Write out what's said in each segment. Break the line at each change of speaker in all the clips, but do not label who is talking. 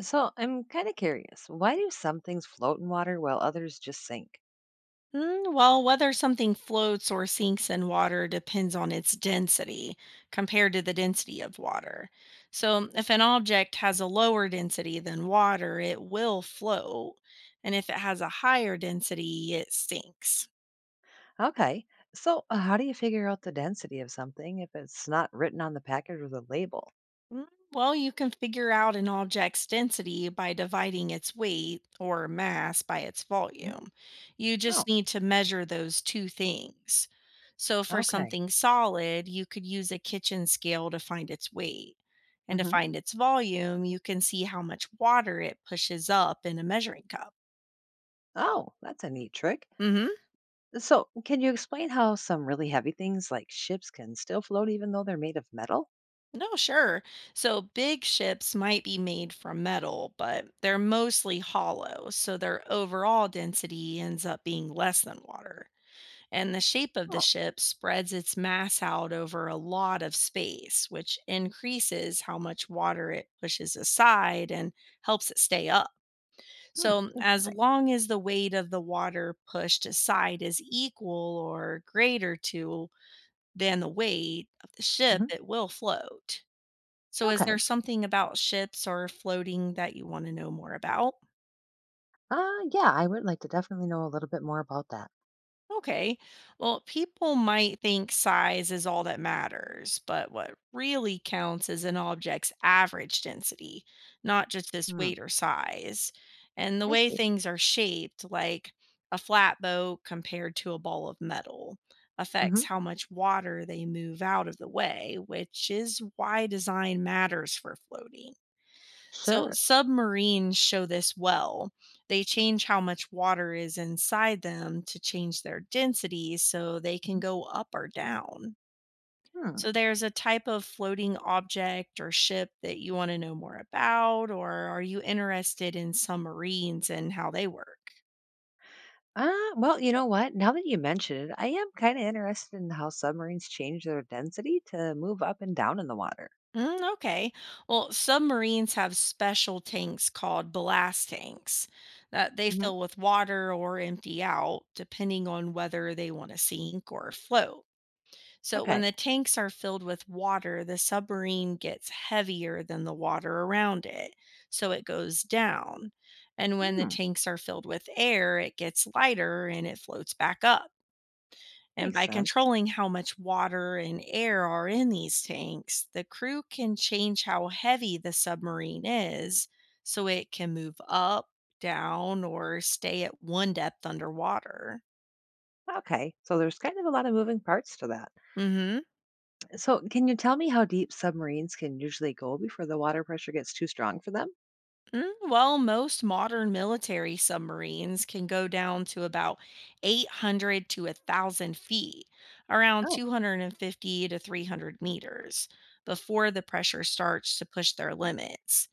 So I'm kind of curious. Why do some things float in water while others just sink?
Well, whether something floats or sinks in water depends on its density compared to the density of water. So, if an object has a lower density than water, it will float. And if it has a higher density, it sinks.
Okay. So how do you figure out the density of something if it's not written on the package or the label?
Mm, Well, you can figure out an object's density by dividing its weight or mass by its
Mhm.
volume. You just
Oh,
need to measure those two things. So, for
okay.
something solid, you could use a kitchen scale to find its weight. And to
Hmm.
find its volume, you can see how much water it pushes up in a measuring cup.
Oh, that's a neat trick.
Hmm.
So can you explain how some really heavy things like ships can still float even though they're made of metal?
No, sure. So big ships might be made from metal, but they're mostly hollow, so their overall density ends up being less than water. And the shape of the
Oh,
ship spreads its mass out over a lot of space, which increases how much water it pushes aside and helps it stay up.
hmm,
So, as
interesting.
long as the weight of the water pushed aside is equal or greater to than the weight of the ship,
Hmm.
it will float. So is there
Okay.
something about ships or floating that you wanna know more about?
Uh, yeah, I would like to definitely know a little bit more about that.
Okay. Well, people might think size is all that matters, but what really counts is an object's average density, not just its
Hmm,
weight or size. And the
I
way
see.
things are shaped, like a flat boat compared to a ball of metal,
Hmm.
affects how much water they move out of the way, which is why design matters for floating. So,
Sure.
submarines show this well. They change how much water is inside them to change their density so they can
Mhm.
go up or down.
Hmm.
So, there's a type of floating object or ship that you want to know more about, or are you interested in submarines and how they work?
Uh, well, you know what? Now that you mention it, I am kind of interested in how submarines change their density to move up and down in the water.
Okay. Well, submarines have special tanks called blast tanks that they
Hmm.
fill with water or empty out, depending on whether they want to sink or float. So when
Okay.
the tanks are filled with water, the submarine gets heavier than the water around it, so it goes down. And when the
Hmm.
tanks are filled with air, it gets lighter and it floats back up. And
Makes
by
sense.
controlling how much water and air are in these tanks, the crew can change how heavy the submarine is so it can move up, down, or stay at one depth underwater.
Okay. So there's kind of a lot of moving parts to that.
Mhm.
So, can you tell me how deep submarines can usually go before the water pressure gets too strong for them?
Well, most modern military submarines can go down to about 800 to 1,000 feet, around
Oh,
250 to 300 meters, before the pressure starts to push their limits.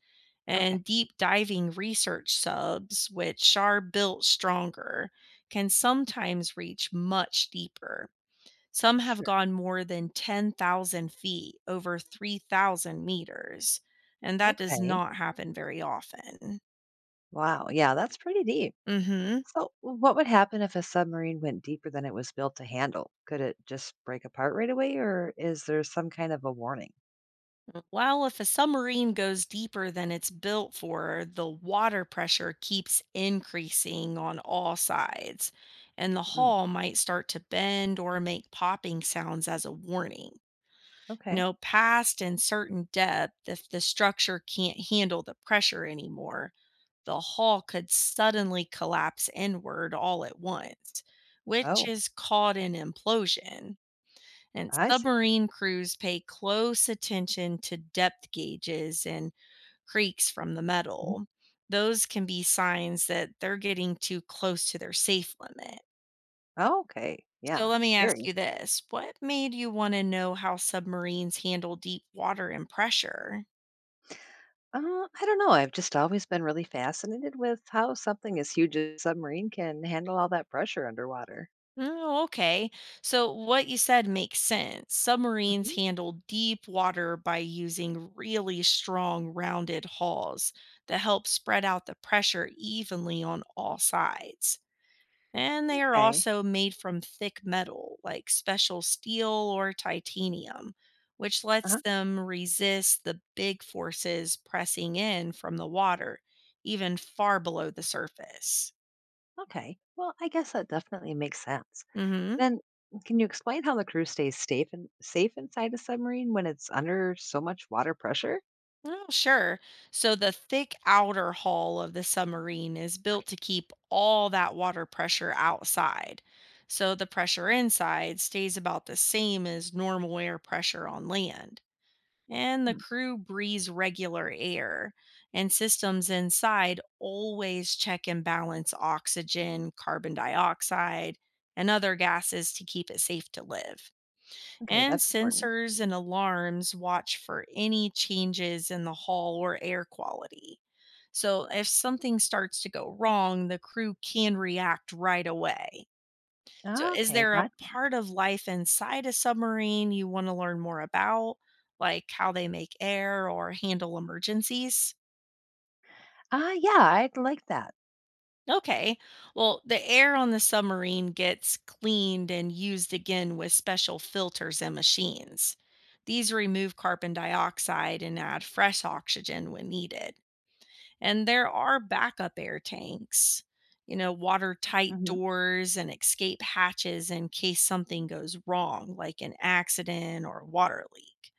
okay.
And deep diving research subs, which are built stronger, can sometimes reach much deeper. Some have
Sure.
gone more than 10,000 feet, over 3,000 meters, and that does
Okay.
not happen very often.
Wow. Yeah, that's pretty deep.
Hmm.
So, what would happen if a submarine went deeper than it was built to handle? Could it just break apart right away, or is there some kind of a warning?
Well, if a submarine goes deeper than it's built for, the water pressure keeps increasing on all sides, and the
Hmm.
hull might start to bend or make popping sounds as a warning. You
Okay.
know, past a certain depth, if the structure can't handle the pressure anymore, the hull could suddenly collapse inward all at once, which
Oh,
is called an implosion. And
I see.
submarine crews pay close attention to depth gauges and creaks from the
Mhm.
metal. Those can be signs that they're getting too close to their safe limit.
Oh, okay.
So
Yeah.
let me ask
Scary.
you this. What made you want to know how submarines handle deep water and pressure?
Uh, I don't know. I've just always been really fascinated with how something as huge as a submarine can handle all that pressure underwater.
Oh, okay. So, what you said makes sense. Submarines
Mhm.
handle deep water by using really strong, rounded hulls that help spread out the pressure evenly on all sides. And they are
Okay.
also made from thick metal, like special steel or titanium, which
Uh-huh.
lets them resist the big forces pressing in from the water, even far below the surface.
Okay. Well, I guess that definitely makes sense.
Mm hmm.
Then, can you explain how the crew stays safe and safe inside a submarine when it's under so much water pressure?
Oh, sure. So the thick outer hull of the submarine is built to keep all that water pressure outside. So the pressure inside stays about the same as normal air pressure on land. And the
Hmm.
crew breathes regular air, and systems inside always check and balance oxygen, carbon dioxide, and other gases to keep it safe to live
Okay,
and
that's important.
sensors and alarms watch for any changes in the hull or air quality. So, if something starts to go wrong, the crew can react right away. So, is
Okay,
there a
got.
part of life inside a submarine you want to learn more about, like how they make air or handle emergencies?
Ah, yeah, I'd like that.
Okay. Well, the air on the submarine gets cleaned and used again with special filters and machines. These remove carbon dioxide and add fresh oxygen when needed. And there are backup air tanks, watertight
Hmm.
doors and escape hatches in case something goes wrong, like an accident or water leak.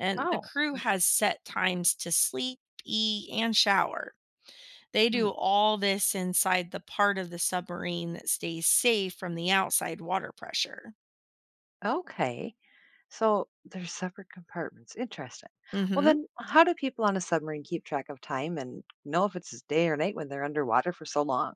And the
Oh,
crew
okay.
has set times to sleep, eat, and shower they
Mm.
do all this inside the part of the submarine that stays safe from the outside water pressure.
Okay. So they're separate compartments. Interesting. Well,
Mhm.
then, how do people on a submarine keep track of time and know if it's day or night when they're underwater for so long?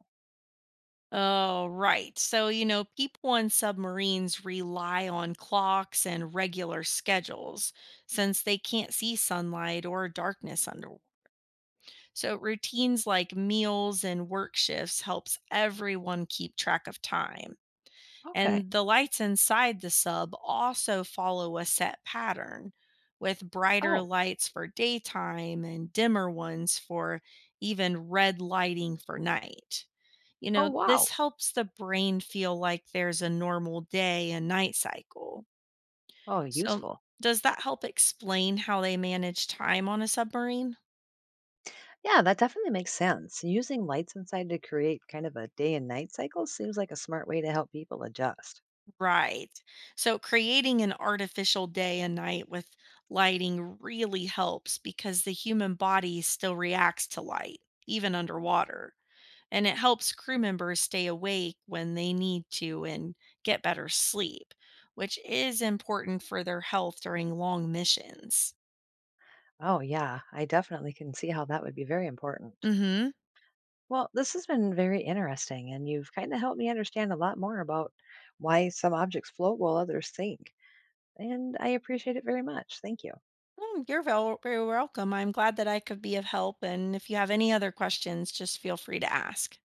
Oh, right. So, you know, people on submarines rely on clocks and regular schedules since they can't see sunlight or darkness underwater. So, routines like meals and work shifts helps everyone keep track of time.
Okay.
And the lights inside the sub also follow a set pattern, with brighter
Oh,
lights for daytime and dimmer ones for even red lighting for night. You
oh,
know, this
wow.
helps the brain feel like there's a normal day and night cycle.
Oh,
So,
useful.
does that help explain how they manage time on a submarine?
Yeah, that definitely makes sense. Using lights inside to create kind of a day and night cycle seems like a smart way to help people adjust.
Right. So creating an artificial day and night with lighting really helps because the human body still reacts to light, even underwater. And it helps crew members stay awake when they need to and get better sleep, which is important for their health during long missions.
Oh, yeah, I definitely can see how that would be very important.
Mm-hmm.
Well, this has been very interesting, and you've kind of helped me understand a lot more about why some objects float while others sink. And I appreciate it very much. Thank you.
Oh, you're very welcome. I'm glad that I could be of help. And if you have any other questions, just feel free to ask.